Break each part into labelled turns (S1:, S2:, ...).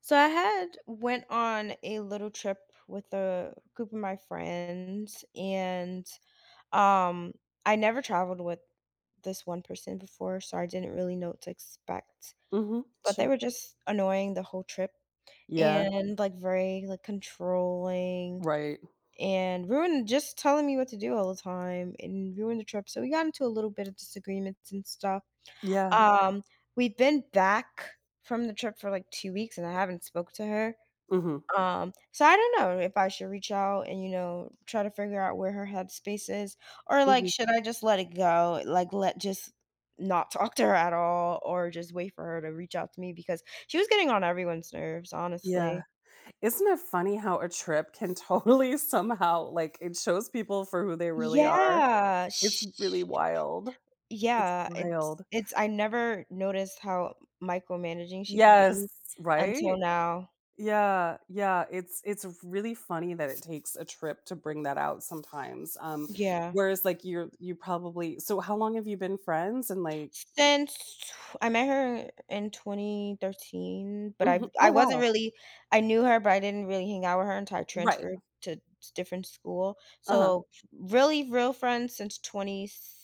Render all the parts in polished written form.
S1: So I had went on a little trip with a group of my friends and um I never traveled with this one person before, so I didn't really know what to expect.
S2: Mhm.
S1: But they
S2: Sure.
S1: were just annoying the whole trip
S2: Yeah.
S1: and, like, very, like, controlling
S2: Right.
S1: and ruined just telling me what to do all the time and ruined the trip. So we got into a little bit of disagreements and stuff.
S2: Yeah.
S1: Um we've been back from the trip for like 2 weeks and I haven't spoke to her
S2: Mhm.
S1: so I don't know if I should reach out and, try to figure out where her headspace is, or, like,
S2: Mhm.
S1: should I just let it go? Like, let just not talk to her at all, or just wait for her to reach out to me because she was getting on everyone's nerves,
S2: Yeah.
S1: honestly.
S2: Isn't it funny how a trip can totally somehow like, it shows people for who they really are?
S1: Yeah,
S2: It's really
S1: sh
S2: wild. It's
S1: yeah, it's
S2: wild.
S1: it's I never noticed how micromanaging she could
S2: Yes.
S1: be
S2: Right?
S1: until now.
S2: Yeah. Yeah. It's really funny that it takes a trip to bring that out sometimes.
S1: Yeah.
S2: Whereas, like, you probably so how long have you been friends? And, like
S1: Since I met her in 2013, but I
S2: Mhm. Oh,
S1: I wasn't
S2: wow.
S1: really I knew her, but I didn't really hang out with her until I
S2: Right.
S1: transferred to s different school.
S2: Uh-huh.
S1: So, really real friends since 2015.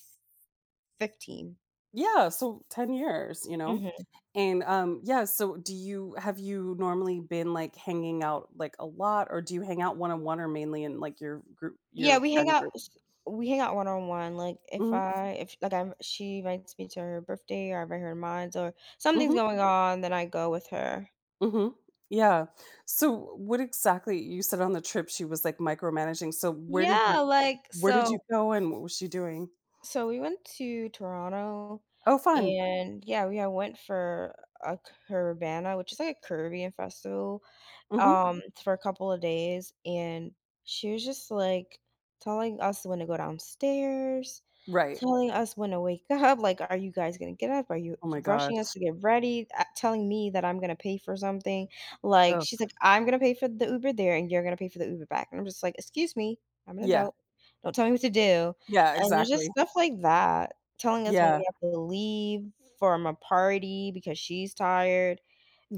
S2: Yeah. So 10 years, you know?
S1: Mhm.
S2: And, yeah, so do you have you normally been, like, hanging out, like, a lot, or do you hang out one-on-one or mainly in, like, your group
S1: Yeah,
S2: your friend group?
S1: we hang out one-on-one, like, if
S2: Mhm,
S1: I if, like, I'm she invites me to her birthday or I invite her to mine, or something's
S2: mhm,
S1: going on, then I go with her.
S2: mhm. Yeah. So what exactly you said on the trip she was, like, micromanaging, so
S1: Yeah, like,
S2: where did you go and what was she doing?
S1: so we went to Toronto
S2: Oh, fun.
S1: and yeah, we I went for a Carabana, which is like a Caribbean festival
S2: Mhm.
S1: for a couple of days, and she was just, like, telling us when to go downstairs,
S2: Right.
S1: telling us when to wake up, like, "Are you guys gonna get up? Are you
S2: Oh my gosh.
S1: rushing us to get ready?" Telling me that I'm gonna pay for something, like,
S2: Oh.
S1: she's like, "I'm gonna pay for the Uber there, and you're gonna pay for the Uber back," and I'm just like, "Excuse me, I'm an
S2: Yeah.
S1: adult, don't tell me what to do,"
S2: Yeah,
S1: and there's just
S2: exactly.
S1: stuff like that, telling us when
S2: Yeah.
S1: we have to leave from a party because she's tired.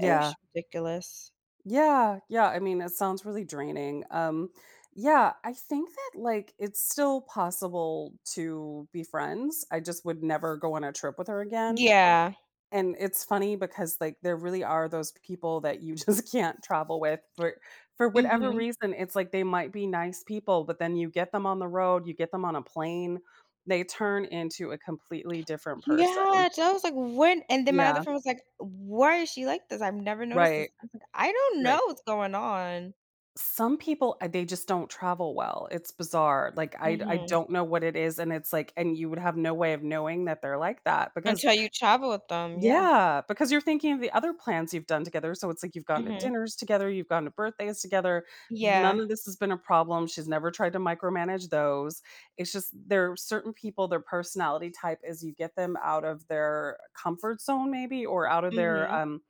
S1: It was ridiculous.
S2: Yeah, yeah. I mean, it sounds really draining. Yeah, I think that like it's still possible to be friends. I just would never go on a trip with her again.
S1: Yeah.
S2: And it's funny because like there really are those people that you just can't travel with for whatever
S1: Mhm.
S2: reason. It's like they might be nice people, but then you get them on the road, you get them on a plane, they turn into a completely different person.
S1: Yeah, so I was like, "When," and then my other
S2: Yeah,
S1: friend was like, "Why is she like this? I've never noticed this."
S2: right,
S1: I was like, "I don't know
S2: right.
S1: what's going on."
S2: Some people, they just don't travel well. It's bizarre, like, I
S1: Mhm.
S2: don't know what it is, and it's like and you would have no way of knowing that they're like that because
S1: Until you travel with them, yeah.
S2: yeah, because you're thinking of the other plans you've done together, so it's like you've gone to
S1: Mhm.
S2: dinners together, you've gone to birthdays together, none
S1: Yeah.
S2: of this has been a problem, she's never tried to micromanage those. It's just there are certain people, their personality type is you get them out of their comfort zone maybe or out of their,
S1: Mhm.
S2: um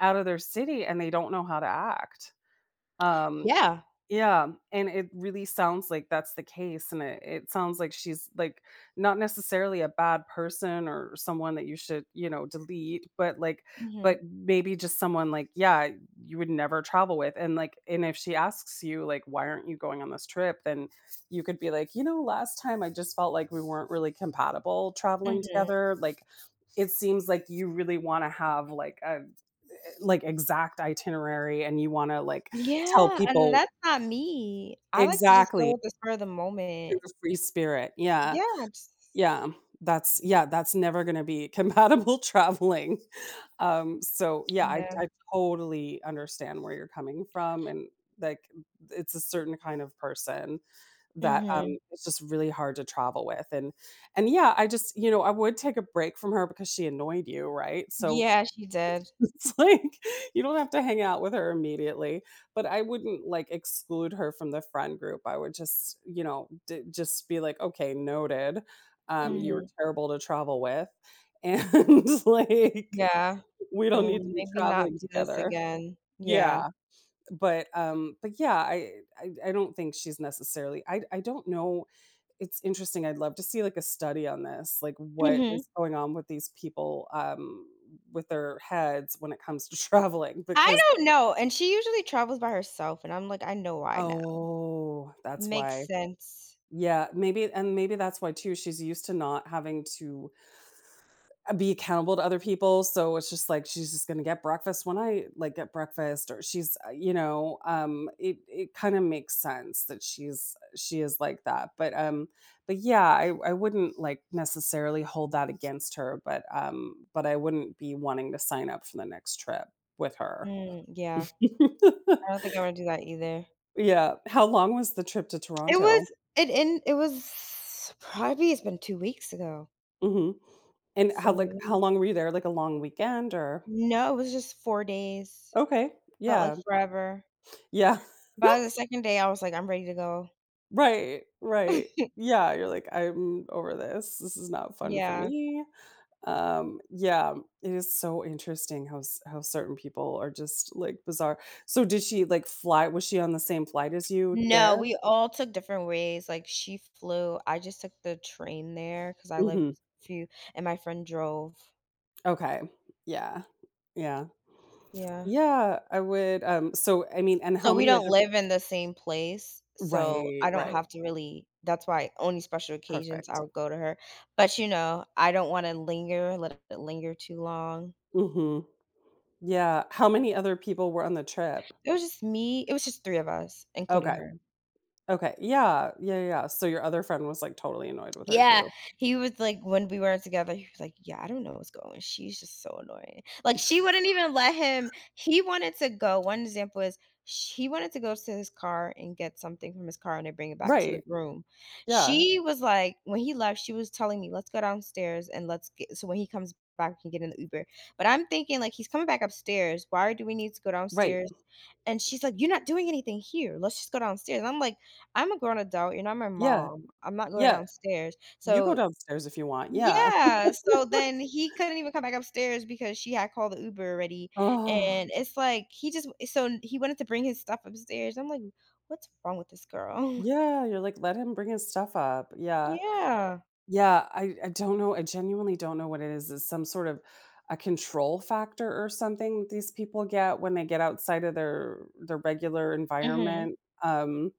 S2: out of their city, and they don't know how to act, um
S1: Yeah.
S2: yeah, and it really sounds like that's the case, and it sounds like she's, like, not necessarily a bad person or someone that you should, delete, but, like
S1: Mhm.
S2: but maybe just someone, like, yeah, you would never travel with, and, like and if she asks you, like, "Why aren't you going on this trip?" Then you could be like, "You know, last time I just felt like we weren't really compatible traveling
S1: Mhm.
S2: together." Like, it seems like you really wanna have, like, a, eh, like, exact itinerary, and you wanna, like, tell
S1: Yeah, and
S2: people
S1: that's not me. I like to just go
S2: exactly.
S1: with the spur of the
S2: You're
S1: moment.
S2: a free spirit. Yeah.
S1: Yeah, just
S2: Yeah. That's yeah, that's never gonna be compatible traveling. So yeah, I
S1: yeah.
S2: I totally understand where you're coming from and, like, it's a certain kind of person that,
S1: Mhm.
S2: it's just really hard to travel with, and yeah, I just, you know, I would take a break from her because she annoyed you, right? So
S1: Yeah, she did.
S2: it's like, you don't have to hang out with her immediately, but I wouldn't, like, exclude her from the friend group. I would just be like, "Okay, noted. You were
S1: Mhm.
S2: terrible to travel with, and, like,
S1: Yeah,
S2: we don't need to
S1: and
S2: be
S1: maybe not
S2: traveling
S1: do this
S2: together."
S1: again. Yeah.
S2: Yeah, but, yeah, I don't think she's necessarily I don't know, it's interesting. I'd love to see like a study on this, like what
S1: Mhm.
S2: is going on with these people with their heads when it comes to traveling
S1: I
S2: because
S1: don't know, and she usually travels by herself, and I'm like, "I know why now."
S2: oh, that's
S1: Makes
S2: why.
S1: sense.
S2: Yeah, maybe and maybe that's why too she's used to not having to be accountable to other people, so it's just like she's just gonna get breakfast when I, like, get breakfast or she's, it kinda makes sense that she is like that, but but yeah, I wouldn't, like, necessarily hold that against her, but, but I wouldn't be wanting to sign up for the next trip with her.
S1: Mm, yeah, I don't think I wanna do that either.
S2: Yeah, how long was the trip to Toronto?
S1: It was probably it's been 2 weeks ago,
S2: Mhm, and
S1: so,
S2: how, like
S1: yeah.
S2: how long were you there, like, a long weekend or
S1: No, it was just 4 days.
S2: okay,
S1: Felt like
S2: yeah,
S1: forever.
S2: yeah.
S1: By the 2nd day, I was like, "I'm ready to go."
S2: Right, right. Yeah, you're like, "I'm over this. This is not fun for
S1: Yeah.
S2: me." Yeah, it is so interesting how s how certain people are just, like, bizarre. So did she, like, fly was she on the same flight as you there?
S1: No, we all took different ways, like, she flew, I just took the train there because I lived
S2: Mhm.
S1: a few and my friend drove.
S2: Okay. Yeah. Yeah.
S1: Yeah.
S2: Yeah, I would, so, I mean and
S1: So
S2: how
S1: we
S2: many
S1: don't
S2: other
S1: live in the same place, so
S2: right,
S1: I don't Mhm.
S2: right.
S1: have to really that's why only special occasions I
S2: Perfect.
S1: would go to her, but, you know, I don't wanna linger, let it linger too long.
S2: Mhm. Yeah. How many other people were on the trip?
S1: It was just 3 of us,
S2: Okay.
S1: including her.
S2: Okay, yeah, yeah, yeah, yeah, so your other friend was, like, totally annoyed with her
S1: Yeah,
S2: too.
S1: he was like when we were not together, he was like, "Yeah, I don't know what's going on. She's just so annoying." Like, she wouldn't even let him he wanted to go one example is sh he wanted to go to his car and get something from his car and then bring it back to the
S2: Right,
S1: room.
S2: yeah,
S1: She was like when he left, she was telling me, "Let's go downstairs and let's get," so when he comes back, we can get in the Uber. But I'm thinking like he's coming back upstairs. Why do we need to go
S2: right,
S1: downstairs? And she's like, "You're not doing anything here. Let's just go downstairs." And I'm like, "I'm a grown adult. You're not my
S2: yeah,
S1: mom. I'm not going
S2: yeah,
S1: downstairs."
S2: you go
S1: So
S2: downstairs if you want, yeah.
S1: yeah, so then he couldn't even come back upstairs because she had called the Uber already,
S2: Oh.
S1: and it's like he just so he wanted to bring his stuff upstairs. I'm like, "What's wrong with this girl?"
S2: Yeah, you're like, "Let him bring his stuff up," yeah.
S1: Yeah.
S2: Yeah, I don't know, I genuinely don't know what it is, it's some sort of a control factor or something that these people get when they get outside of their regular
S1: Mhm.
S2: environment,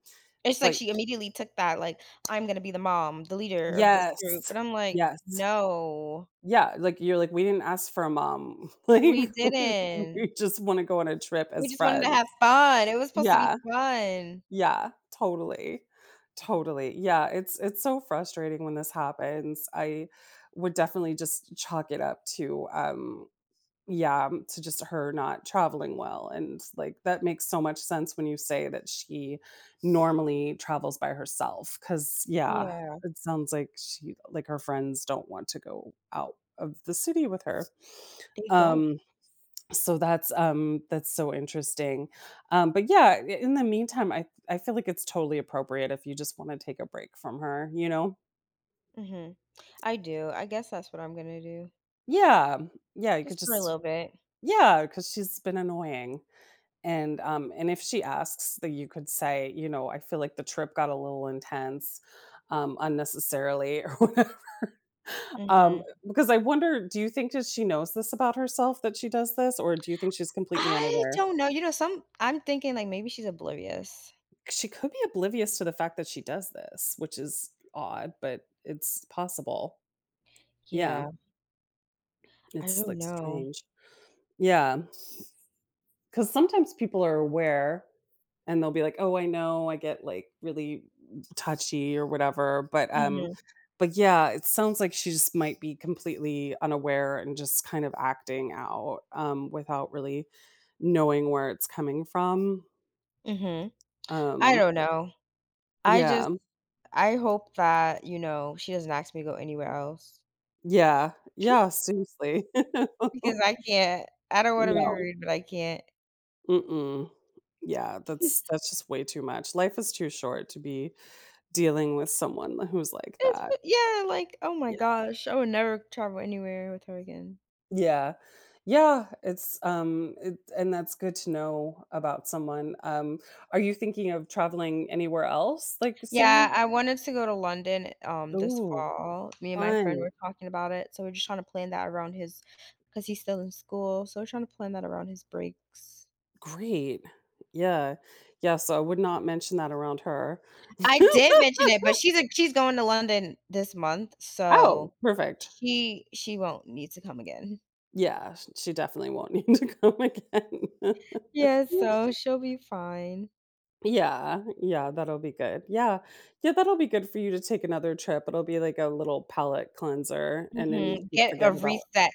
S1: It's like
S2: but
S1: she immediately took that, like, "I'm gonna be the mom, the leader of this group,"
S2: yes,
S1: and I'm like,
S2: yes.
S1: "No,
S2: Yeah, like, you're like, "We didn't ask for a mom."
S1: we
S2: Like, we
S1: didn't.
S2: we just wanna go on a trip
S1: We
S2: as
S1: just wanted to
S2: friends.
S1: have fun. It was supposed to be
S2: Yeah,
S1: fun."
S2: yeah, totally, totally. Yeah, it's so frustrating when this happens. I would definitely just chalk it up to, yeah, to just her not traveling well, and, like, that makes so much sense when you say that she normally travels by herself. Because yeah,
S1: Yeah,
S2: it sounds like she like, her friends don't want to go out of the city with her.
S1: they don't.
S2: Um, so that's, that's so interesting. But yeah, I in the meantime, I feel like it's totally appropriate if you just wanna take a break from her, you know?
S1: Mhm. I do. I guess that's what I'm gonna do,
S2: Yeah, yeah, you could
S1: just for a
S2: just
S1: little bit.
S2: yeah, because 'cause she's been annoying. And if she asks, that you could say, I feel like the trip got a little intense, unnecessarily, or whatever.
S1: Mhm.
S2: Because I wonder, do you think that she knows this about herself that she does this, or do you think she's completely
S1: I
S2: unaware?
S1: don't know, you know, some I'm thinking, like, maybe she's oblivious.
S2: She could be oblivious to the fact that she does this, which is odd, but it's possible. Yeah,
S1: Yeah, I
S2: it's
S1: don't
S2: like
S1: know.
S2: strange. Yeah, because sometimes people are aware and they'll be like, "Oh, I know, I get, like, really touchy or whatever," but,
S1: Mhm,
S2: yeah, it sounds like she just might be completely unaware and just kind of acting out, without really knowing where it's coming from.
S1: mhm. I
S2: Um,
S1: don't know. I
S2: yeah.
S1: just I hope that, you know, she doesn't ask me to go anywhere else
S2: Yeah. Yeah, seriously.
S1: because I can't. I don't wanna be
S2: No.
S1: rude, but I can't.
S2: Mm-mm. Yeah, that's just way too much. Life is too short to be dealing with someone who's like
S1: It's
S2: that.
S1: yeah, like, oh my gosh, I would never travel anywhere with her again.
S2: Yeah. Yeah, it's, it and that's good to know about someone. Are you thinking of traveling anywhere else, like,
S1: Yeah,
S2: soon?
S1: I wanted to go to London, this
S2: Ooh,
S1: fall. Me and my friend
S2: fun.
S1: were talking about it, so we're just trying to plan that around his because he's still in school, so we're trying to plan that around his breaks.
S2: Great. Yeah. Yeah, so I would not mention that around her.
S1: I did mention it, but she's going to London this month,
S2: Oh,
S1: so
S2: perfect.
S1: she won't need to come again.
S2: Yeah, sh she definitely won't need to come again.
S1: Yeah, so she'll be fine.
S2: Yeah, yeah, that'll be good. Yeah. Yeah, that'll be good for you to take another trip. It'll be like a little palate cleanser, and then you
S1: Mhm,
S2: can
S1: get
S2: forget
S1: a
S2: about
S1: reset.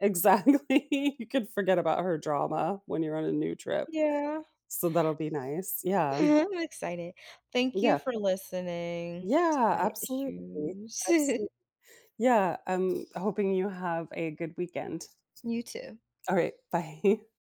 S2: exactly. You could forget about her drama when you're on a new trip,
S1: Yeah,
S2: so that'll be nice. Yeah.
S1: I'm excited. Thank you
S2: Yeah.
S1: for listening to
S2: Yeah,
S1: my
S2: absolutely.
S1: issues.
S2: Absolutely. Yeah, I'm hoping you have a good weekend.
S1: You too.
S2: Alright, bye.